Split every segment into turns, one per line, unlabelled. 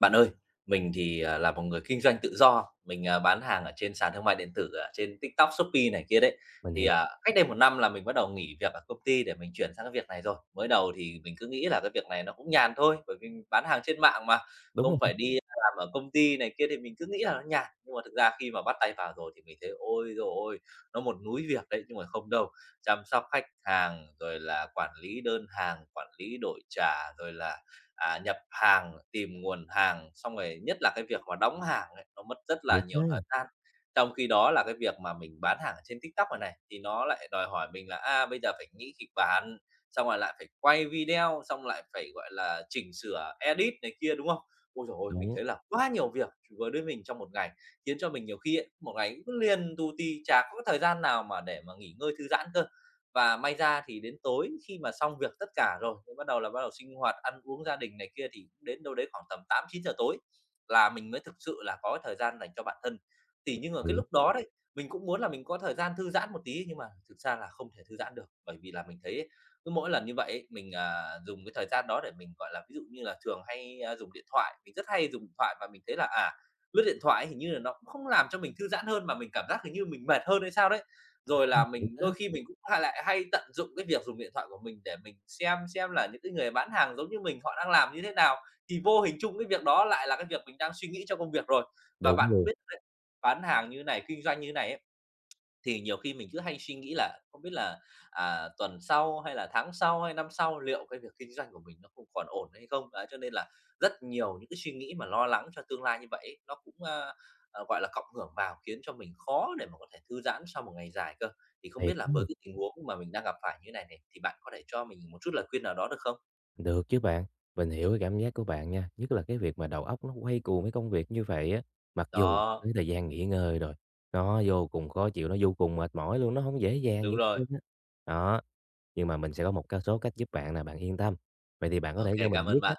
Bạn ơi, mình thì là một người kinh doanh tự do, mình bán hàng ở trên sàn thương mại điện tử, ở trên TikTok, Shopee này kia đấy.
Mình hiểu,
Cách đây một năm là mình bắt đầu nghỉ việc ở công ty để mình chuyển sang cái việc này rồi. Mới đầu thì mình cứ nghĩ là cái việc này nó cũng nhàn thôi, bởi vì mình bán hàng trên mạng mà,
đúng
không
rồi,
phải đi làm ở công ty này kia thì mình cứ nghĩ là nó nhàn. Nhưng mà thực ra khi mà bắt tay vào rồi thì mình thấy, ôi rồi ôi, nó một núi việc đấy, nhưng mà không đâu, chăm sóc khách hàng, rồi là quản lý đơn hàng, quản lý đổi trả, rồi là nhập hàng, tìm nguồn hàng, xong rồi nhất là cái việc mà đóng hàng ấy, nó mất rất là
thiệt
nhiều
ha,
thời gian. Trong khi đó là cái việc mà mình bán hàng ở trên TikTok này này, thì nó lại đòi hỏi mình là bây giờ phải nghĩ kịch bản, xong rồi lại phải quay video, xong lại phải, gọi là, chỉnh sửa, edit này kia, đúng không? Ôi giời ôi, mình
đúng,
thấy là quá nhiều việc với đới mình trong một ngày, khiến cho mình nhiều khi ấy, một ngày cứ liền tù tì, chả có thời gian nào mà để mà nghỉ ngơi thư giãn cơ. Và may ra thì đến tối khi mà xong việc tất cả rồi, mới bắt đầu là bắt đầu sinh hoạt, ăn uống gia đình này kia thì đến đâu đấy khoảng tầm 8-9 giờ tối là mình mới thực sự là có thời gian dành cho bản thân. Thì nhưng mà cái
hiểu,
lúc đó đấy, mình cũng muốn là mình có thời gian thư giãn một tí nhưng mà thực ra là không thể thư giãn được, bởi vì là mình thấy ấy, cứ mỗi lần như vậy ấy, mình dùng cái thời gian đó để mình, gọi là, ví dụ như là thường hay dùng điện thoại, mình rất hay dùng điện thoại và mình thấy là, lướt điện thoại ấy hình như là nó cũng không làm cho mình thư giãn hơn mà mình cảm giác hình như mình mệt hơn hay sao đấy. Rồi là
thiệt
mình
á,
đôi khi mình cũng hay tận dụng cái việc dùng điện thoại của mình để mình xem là những cái người bán hàng giống như mình họ đang làm như thế nào, thì vô hình chung cái việc đó lại là cái việc mình đang suy nghĩ cho công việc rồi. Và
đúng
bạn cũng
rồi
biết đấy, bán hàng như này, kinh doanh như này ấy, thì nhiều khi mình cứ hay suy nghĩ là không biết là, tuần sau hay là tháng sau hay năm sau liệu cái việc kinh doanh của mình nó không còn ổn hay không? Đấy, cho nên là rất nhiều những cái suy nghĩ mà lo lắng cho tương lai như vậy ấy, nó cũng, gọi là, cộng hưởng vào khiến cho mình khó để mà có thể thư giãn sau một ngày dài cơ. Thì không
thiệt
biết là
á.
với cái tình huống mà mình đang gặp phải như thế này này, thì bạn có thể cho mình một chút lời khuyên nào đó được không?
Được chứ bạn, mình hiểu cái cảm giác của bạn nha, nhất là cái việc mà đầu óc nó quay cuồng với công việc như vậy á, mặc dù
Đó,
tới thời gian nghỉ ngơi rồi, nó vô cùng khó chịu, nó vô cùng mệt mỏi luôn, nó không dễ dàng gì
đúng
hết
rồi.
trơn á. Đó, nhưng mà mình sẽ có một cái số cách giúp bạn nè, bạn yên tâm. Vậy thì bạn có
OK,
thể cho
cảm
mình biết
ơn
á,
bạn.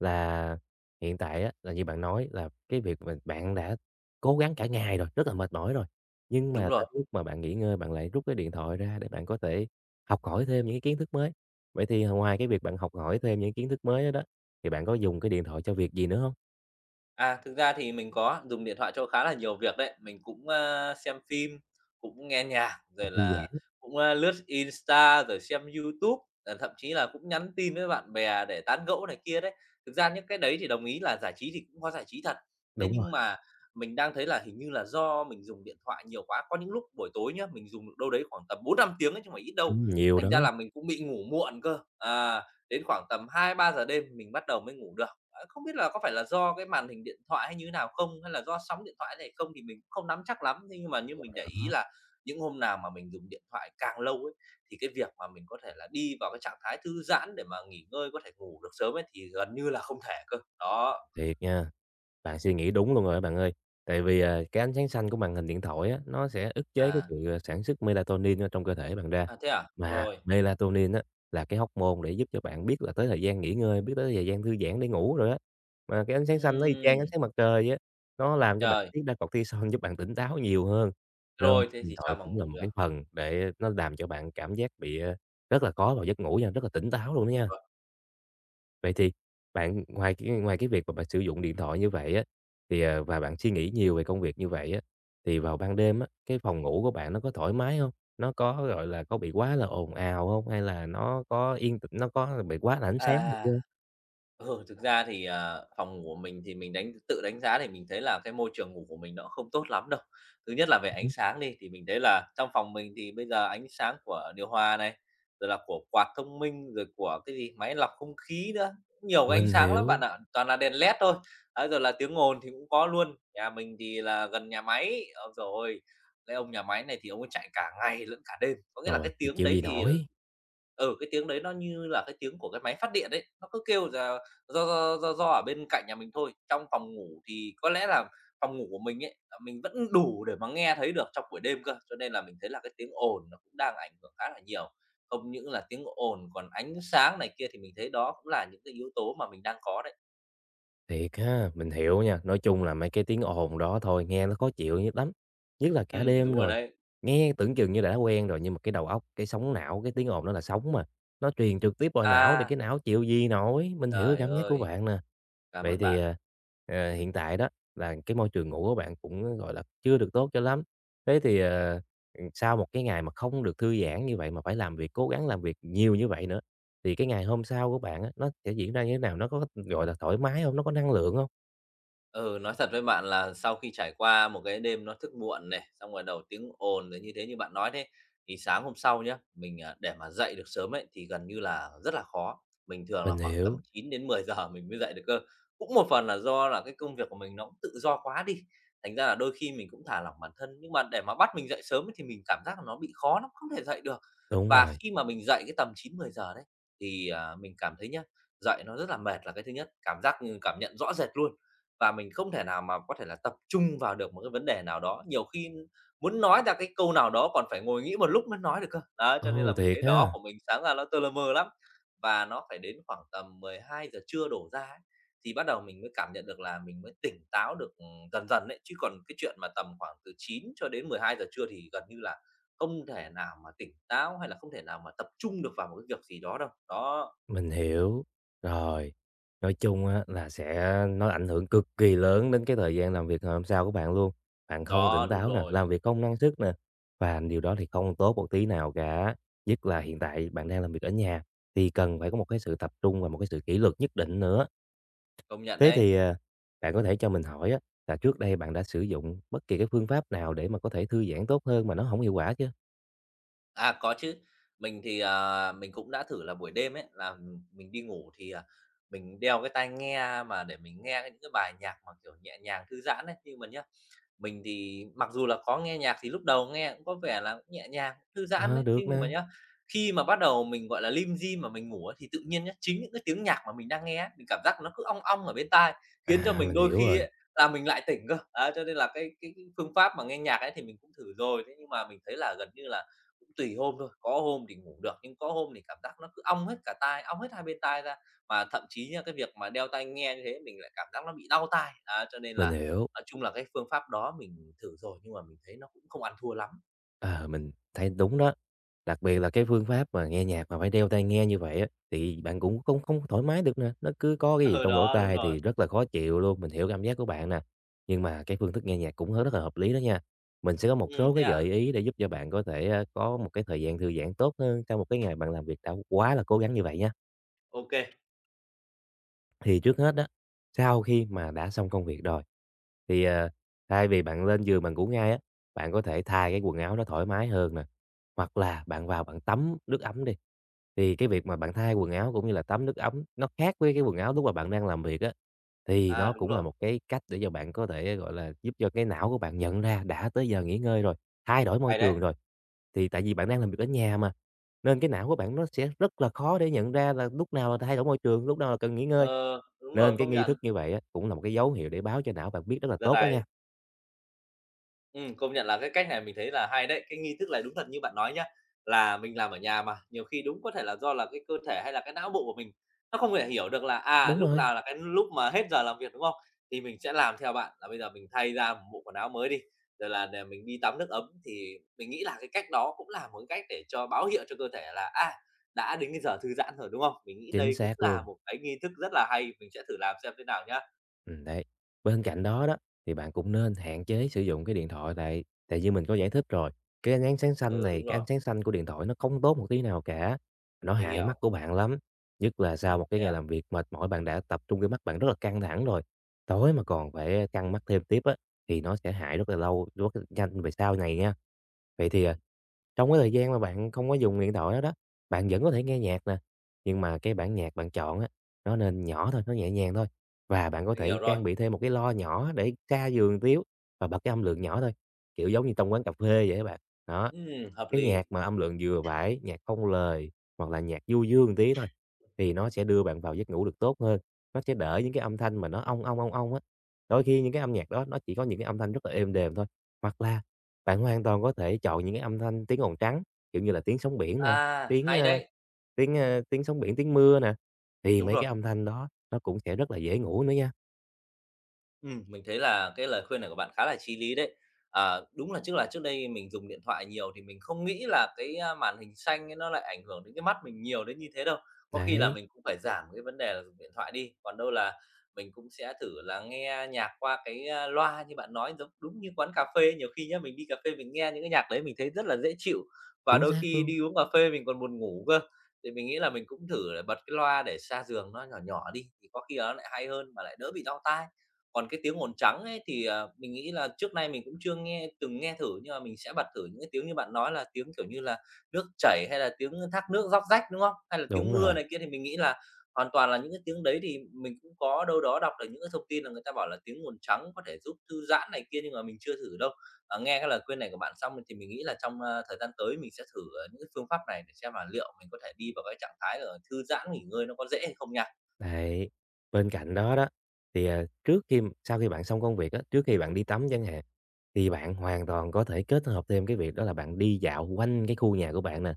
là hiện tại á, là như bạn nói là cái việc mà bạn đã cố gắng cả ngày rồi, rất là mệt mỏi rồi, nhưng
Đúng
mà
rồi.
tới lúc mà bạn nghỉ ngơi, bạn lại rút cái điện thoại ra để bạn có thể học hỏi thêm những cái kiến thức mới. Vậy thì ngoài cái việc bạn học hỏi thêm những kiến thức mới đó đó, thì bạn có dùng cái điện thoại cho việc gì nữa không?
À, thực ra thì mình có dùng điện thoại cho khá là nhiều việc đấy. Mình cũng xem phim, cũng nghe nhạc, rồi
Thư
là
giãn,
cũng lướt Insta, rồi xem YouTube, thậm chí là cũng nhắn tin với bạn bè để tán gẫu này kia đấy. Thực ra những cái đấy thì đồng ý là giải trí thì cũng có giải trí thật. Thế
đúng rồi.
nhưng mà mình đang thấy là hình như là do mình dùng điện thoại nhiều quá, có những lúc buổi tối nhá, mình dùng được đâu đấy khoảng tầm 4-5 tiếng ấy chứ không phải ít đâu.
Nhiều
Thành
đó.
ra là mình cũng bị ngủ muộn cơ, đến khoảng tầm 2-3 giờ đêm mình bắt đầu mới ngủ được. Ờ, không biết là có phải là do cái màn hình điện thoại hay như thế nào không? Hay là do sóng điện thoại này không thì mình cũng không nắm chắc lắm. Thế nhưng mà như
Ờ,
mình để ý
đó.
là những hôm nào mà mình dùng điện thoại càng lâu ấy, thì cái việc mà mình có thể là đi vào cái trạng thái thư giãn để mà nghỉ ngơi, có thể ngủ được sớm ấy, thì gần như là không thể cơ. Đó,
Thiệt nha, bạn suy nghĩ đúng luôn rồi á bạn ơi. Tại vì cái ánh sáng xanh của màn hình điện thoại á, nó sẽ ức chế cái
à,
sự sản xuất melatonin ở trong cơ thể bạn ra.
à, thế à?
Mà
Rồi,
melatonin á, là cái hormone để giúp cho bạn biết là tới thời gian nghỉ ngơi, biết tới thời gian thư giãn để ngủ rồi á. Mà cái ánh sáng xanh nó y chang ánh
ừm,
sáng mặt trời á, nó làm cho bạn
trời,
tiết ra cortisol giúp bạn tỉnh táo nhiều hơn. Nên
rồi
cái
thế
điện
thì
thoại
sao mà
cũng là
ngủ
một
được?
cái phần để nó làm cho bạn cảm giác bị rất là khó vào giấc ngủ nha, rất là tỉnh táo luôn đó nha.
Rồi,
Vậy thì bạn ngoài cái việc mà bạn sử dụng điện thoại như vậy á, thì và bạn suy nghĩ nhiều về công việc như vậy á, thì vào ban đêm á, cái phòng ngủ của bạn nó có thoải mái không? Nó có, gọi là, có bị quá là ồn ào không? Hay là nó có yên tĩnh, nó có bị quá là ánh sáng này kia
à.
hông?
Ừ, thực ra thì, phòng ngủ của mình thì mình tự đánh giá thì mình thấy là cái môi trường ngủ của mình nó không tốt lắm đâu. Thứ nhất là về ánh sáng đi, thì mình thấy là trong phòng mình thì bây giờ ánh sáng của điều hòa này, rồi là của quạt thông minh, rồi của cái gì, máy lọc không khí nữa, nhiều cái ánh
Mình
sáng lắm bạn
hiểu,
ạ, toàn là đèn led thôi. Đấy, rồi là tiếng ồn thì cũng có luôn. Nhà mình thì là gần nhà máy, ôi giời cái ông nhà máy này thì ông ấy chạy cả ngày lẫn cả đêm. Có nghĩa là
rồi
cái
thì
tiếng
chịu
đấy
gì
thì
nổi.
cái tiếng đấy nó như là cái tiếng của cái máy phát điện đấy nó cứ kêu ra do do do do ở bên cạnh nhà mình thôi, trong phòng ngủ thì có lẽ là phòng ngủ của mình ấy, là mình vẫn đủ để mà nghe thấy được trong buổi đêm cơ, cho nên là mình thấy là cái tiếng ồn nó cũng đang ảnh hưởng khá là nhiều. Không những là tiếng ồn còn ánh sáng này kia thì mình thấy đó cũng là những cái yếu tố mà mình đang có đấy.
Thiệt ha, mình hiểu nha. Nói chung là mấy cái tiếng ồn đó thôi, nghe nó khó chịu nhất lắm. Nhất là cả đêm
Đúng rồi
rồi.
đấy.
Nghe tưởng chừng như đã quen rồi, nhưng mà cái đầu óc, cái sóng não, cái tiếng ồn đó là sóng mà. Nó truyền trực tiếp vào não thì
À,
cái não chịu gì nổi. Mình hiểu cái
trời
cảm giác của
ơi,
bạn nè.
cảm
Vậy
ơn
thì
bạn.
hiện tại đó là cái môi trường ngủ của bạn cũng, gọi là, chưa được tốt cho lắm. Thế thì sau một cái ngày mà không được thư giãn như vậy mà phải làm việc, cố gắng làm việc nhiều như vậy nữa, thì cái ngày hôm sau của bạn á, nó sẽ diễn ra như thế nào? Nó có, gọi là, thoải mái không? Nó có năng lượng không?
Ừ, nói thật với bạn là sau khi trải qua một cái đêm nó thức muộn này, xong rồi đầu tiếng ồn rồi như thế như bạn nói thế, thì sáng hôm sau nhá, mình để mà dậy được sớm ấy thì gần như là rất là khó. Mình thường là
Mình
khoảng tầm
hiểu,
9 đến 10 giờ mình mới dậy được cơ. Cũng một phần là do là cái công việc của mình nó cũng tự do quá đi, thành ra là đôi khi mình cũng thả lỏng bản thân, nhưng mà để mà bắt mình dậy sớm ấy thì mình cảm giác là nó bị khó lắm, không thể dậy được.
đúng
Và
rồi.
khi mà mình dậy cái tầm 9-10 giờ đấy, thì mình cảm thấy nhá, dậy nó rất là mệt là cái thứ nhất, cảm giác, cảm nhận rõ rệt luôn. Và mình không thể nào mà có thể là tập trung vào được một cái vấn đề nào đó, nhiều khi muốn nói ra cái câu nào đó còn phải ngồi nghĩ một lúc mới nói được cơ. Đó, cho nên
Ồ,
là mình
thiệt
thấy đầu óc
ha!
của mình sáng ra nó tơ lơ mơ lắm, và nó phải đến khoảng tầm 12 giờ trưa đổ ra ấy, thì bắt đầu mình mới cảm nhận được là mình mới tỉnh táo được, dần dần đấy chứ còn cái chuyện mà tầm khoảng từ 9 cho đến 12 giờ trưa thì gần như là không thể nào mà tỉnh táo hay là không thể nào mà tập trung được vào một cái việc gì đó đâu. Đó,
Mình hiểu. Rồi, nói chung á là sẽ nó ảnh hưởng cực kỳ lớn đến cái thời gian làm việc ngày hôm sau của bạn luôn. Bạn không
đó,
tỉnh
đúng
táo nè,
rồi,
làm việc không năng suất nè, và điều đó thì không tốt một tí nào cả. Nhất là hiện tại bạn đang làm việc ở nhà thì cần phải có một cái sự tập trung và một cái sự kỷ luật nhất định nữa.
công nhận
Thế
đấy.
thì bạn có thể cho mình hỏi á là trước đây bạn đã sử dụng bất kỳ cái phương pháp nào để mà có thể thư giãn tốt hơn mà nó không hiệu quả chưa?
À, có chứ. Mình cũng đã thử là buổi đêm ấy, là mình đi ngủ thì mình đeo cái tai nghe mà để mình nghe những cái bài nhạc mà, kiểu, nhẹ nhàng thư giãn ấy. Nhưng mà nhá, mình thì mặc dù là có nghe nhạc thì lúc đầu nghe cũng có vẻ là cũng nhẹ nhàng, thư giãn
Ờ,
đấy, thế
được
nhưng
nè.
mà nhá, khi mà bắt đầu mình, gọi là, lim dim mà mình ngủ á, thì tự nhiên nhá, chính những cái tiếng nhạc mà mình đang nghe á, mình cảm giác nó cứ ong ong ở bên tai, khiến cho
À,
mình
mình
đôi
hiểu
khi
rồi,
ấy là mình lại tỉnh cơ. Đấy, cho nên là cái phương pháp mà nghe nhạc ấy thì mình cũng thử rồi, thế nhưng mà mình thấy là gần như là cũng tùy hôm thôi, có hôm thì ngủ được, nhưng có hôm thì cảm giác nó cứ ong hết cả tai, ong hết hai bên tai ra. Mà thậm chí nhá, cái việc mà đeo tai nghe như thế mình lại cảm giác nó bị đau tai, á, cho nên
mình
là
hiểu.
nói chung là cái phương pháp đó mình thử rồi, nhưng mà mình thấy nó cũng không ăn thua lắm.
Ờ, mình thấy đúng đó. Đặc biệt là cái phương pháp mà nghe nhạc mà phải đeo tai nghe như vậy á, thì bạn cũng không không thoải mái được nè, nó cứ có cái gì
Ừ,
trong lỗ
đó, đúng
tai
rồi.
thì rất là khó chịu luôn, mình hiểu cảm giác của bạn nè. Nhưng mà cái phương thức nghe nhạc cũng rất là hợp lý đó nha. Mình sẽ có một
Ừ
số
thế
cái
à?
gợi ý để giúp cho bạn có thể có một cái thời gian thư giãn tốt hơn sau một cái ngày bạn làm việc đã quá là cố gắng như vậy nha.
OK.
Thì trước hết đó sau khi mà đã xong công việc rồi, thì thay vì bạn lên giường bạn ngủ ngay á, bạn có thể thay cái quần áo nó thoải mái hơn nè, hoặc là bạn vào bạn tắm nước ấm đi. Thì cái việc mà bạn thay quần áo cũng như là tắm nước ấm nó khác với cái quần áo lúc mà bạn đang làm việc á, thì
À,
nó
đúng
cũng là
rồi,
một cái cách để cho bạn có thể, gọi là, giúp cho cái não của bạn nhận ra đã tới giờ nghỉ ngơi rồi, thay đổi môi
hay đấy.
trường rồi. Thì tại vì bạn đang làm việc ở nhà mà, nên cái não của bạn nó sẽ rất là khó để nhận ra là lúc nào là thay đổi môi trường, lúc nào là cần nghỉ ngơi.
Ờ, đúng rồi,
Nên cái
công
nghi thức
nhận.
như vậy á, cũng là một cái dấu hiệu để báo cho não bạn biết rất là
Đợt
tốt đó nha.
này ừm, công nhận là cái cách này mình thấy là hay đấy. Cái nghi thức này đúng thật như bạn nói nhá, là mình làm ở nhà mà, nhiều khi đúng có thể là do là cái cơ thể hay là cái não bộ của mình nó không thể hiểu được là, à,
Đúng
lúc
rồi,
nào là cái lúc mà hết giờ làm việc, đúng không? Thì mình sẽ làm theo bạn là bây giờ mình thay ra một bộ quần áo mới đi, rồi là để mình đi tắm nước ấm. Thì mình nghĩ là cái cách đó cũng là một cái cách để cho báo hiệu cho cơ thể là, à, đã đến cái giờ thư giãn rồi, đúng không? Mình nghĩ
chính
đây cũng
xác
là
luôn.
một cái nghi thức rất là hay, mình sẽ thử làm xem thế nào nhá.
Đấy. Bên cạnh đó đó, thì bạn cũng nên hạn chế sử dụng cái điện thoại lại, tại như mình có giải thích rồi, cái ánh ánh sáng xanh
Ừ,
này,
đúng
cái
rồi,
ánh sáng xanh của điện thoại nó không tốt một tí nào cả, nó
mình
hại mắt
hiểu.
của bạn lắm. Nhất là sau một cái
Thế
ngày
à?
làm việc mệt mỏi, bạn đã tập trung cái mắt bạn rất là căng thẳng rồi, tối mà còn phải căng mắt thêm tiếp á, thì nó sẽ hại rất là lâu, rất là nhanh về sau này nha. Vậy thì
Ừm,
trong cái thời gian mà bạn không có dùng điện thoại đó đó, bạn vẫn có thể nghe nhạc nè, nhưng mà cái bản nhạc bạn chọn á, nó nên nhỏ thôi, nó nhẹ nhàng thôi. Và bạn có
mình
thể
hiểu rồi.
trang bị thêm một cái lo nhỏ để xa giường tiếng và bật cái âm lượng nhỏ thôi, kiểu giống như trong quán cà phê vậy các bạn. Đó,
Hợp
cái
lý.
nhạc mà âm lượng vừa phải, nhạc không lời hoặc là nhạc du dương một tí thôi thì nó sẽ đưa bạn vào giấc ngủ được tốt hơn, nó sẽ đỡ những cái âm thanh mà nó "ong, ong, ong, ong" á. Đôi khi những cái âm nhạc đó nó chỉ có những cái âm thanh rất là êm đềm thôi, hoặc là bạn hoàn toàn có thể chọn những cái âm thanh tiếng ồn trắng, kiểu như là tiếng sóng biển nè,
À,
tiếng,
hay
ơ,
đấy!
tiếng sóng biển, tiếng mưa nè, thì
Đúng
mấy cái
rồi,
âm thanh đó nó cũng sẽ rất là dễ ngủ nữa nha.
ừm, mình thấy là cái lời khuyên này của bạn khá là chí lý đấy. À, đúng là trước đây mình dùng điện thoại nhiều thì mình không nghĩ là cái, a, màn hình xanh ấy nó lại ảnh hưởng đến cái mắt mình nhiều đến như thế đâu. Có khi là
Đấy,
mình cũng phải giảm cái vấn đề là dùng điện thoại đi, còn đâu là mình cũng sẽ thử là nghe nhạc qua cái, a, loa như bạn nói, giống đúng như quán cà phê. Nhiều khi nhá, mình đi cà phê mình nghe những cái nhạc đấy mình thấy rất là dễ chịu, và
chính
đôi
xác
khi
luôn.
đi uống cà phê mình còn buồn ngủ cơ, thì mình nghĩ là mình cũng thử là bật cái loa để xa giường nó nhỏ nhỏ đi, thì có khi nó lại hay hơn mà lại đỡ bị đau tai. Còn cái tiếng ồn trắng ấy thì, ờ, mình nghĩ là trước nay mình cũng chưa nghe từng nghe thử, nhưng mà mình sẽ bật thử những cái tiếng như bạn nói là tiếng, kiểu như là, nước chảy hay là tiếng thác nước róc rách, đúng không? Hay là
Đúng
tiếng mưa
rồi,
này kia thì mình nghĩ là hoàn toàn là những cái tiếng đấy thì mình cũng có đâu đó đọc được những cái thông tin là người ta bảo là tiếng ồn trắng có thể giúp thư giãn này kia, nhưng mà mình chưa thử đâu. À, nghe cái lời khuyên này của bạn xong thì mình nghĩ là trong, a, thời gian tới mình sẽ thử, những cái phương pháp này để xem là liệu mình có thể đi vào cái trạng thái, thư giãn, nghỉ ngơi nó có dễ hay không nha.
đấy. Bên cạnh đó đó, thì trước khi sau khi bạn xong công việc á, trước khi bạn đi tắm chẳng hạn, thì bạn hoàn toàn có thể kết hợp thêm cái việc đó là bạn đi dạo quanh cái khu nhà của bạn nè.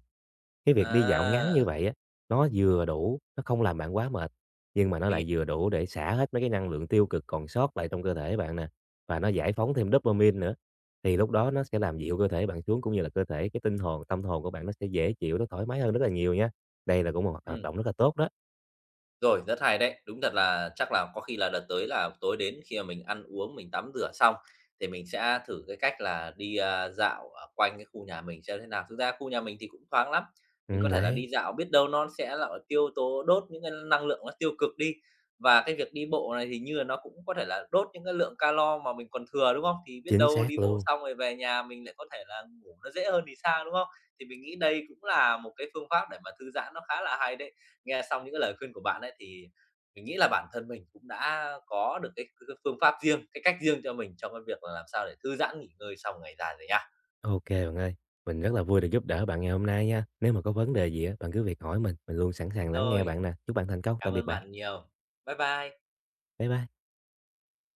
Cái việc đi dạo ngắn như
À,
vậy á, nó vừa đủ, nó không làm bạn quá mệt, nhưng mà nó
mình hiểu.
lại vừa đủ để xả hết mấy cái năng lượng tiêu cực còn sót lại trong cơ thể bạn nè, và nó giải phóng thêm dopamine nữa. Thì lúc đó nó sẽ làm dịu cơ thể bạn xuống, cũng như là cơ thể cái tinh hồn, tâm hồn của bạn nó sẽ dễ chịu, nó thoải mái hơn rất là nhiều nha. Đây là cũng một hoạt động rất là tốt đó.
Rồi, rất hay đấy. Đúng thật là chắc là có khi là đợt tới là tối đến khi mà mình ăn uống, mình tắm rửa xong thì mình sẽ thử cái cách là đi, a, dạo ở quanh cái khu nhà mình xem thế nào. Thực ra khu nhà mình thì cũng thoáng lắm, mình có thể là
Đấy,
đi dạo, biết đâu nó sẽ là tiêu tố đốt những cái năng lượng nó tiêu cực đi. Và cái việc đi bộ này thì như là nó cũng có thể là đốt những cái lượng calo mà mình còn thừa, đúng không? Thì biết
chính
đâu đi
xác
bộ
luôn.
xong rồi về nhà mình lại có thể là ngủ nó dễ hơn thì sao, đúng không? Thì mình nghĩ đây cũng là một cái phương pháp để mà thư giãn nó khá là hay đấy. Nghe xong những cái lời khuyên của bạn ấy thì mình nghĩ là bản thân mình cũng đã có được cái phương pháp riêng, cái cách riêng cho mình trong cái việc là làm sao để thư giãn nghỉ ngơi sau ngày dài rồi nha.
OK bạn ơi, mình rất là vui được giúp đỡ bạn ngày hôm nay nha. Nếu mà có vấn đề gì á, bạn cứ việc hỏi mình luôn sẵn sàng lắng nghe
Rồi,
bạn nè. Chúc bạn thành công,
cảm
tạm biệt
ơn
bạn.
bạn nhiều. Bye bye.
Bye bye.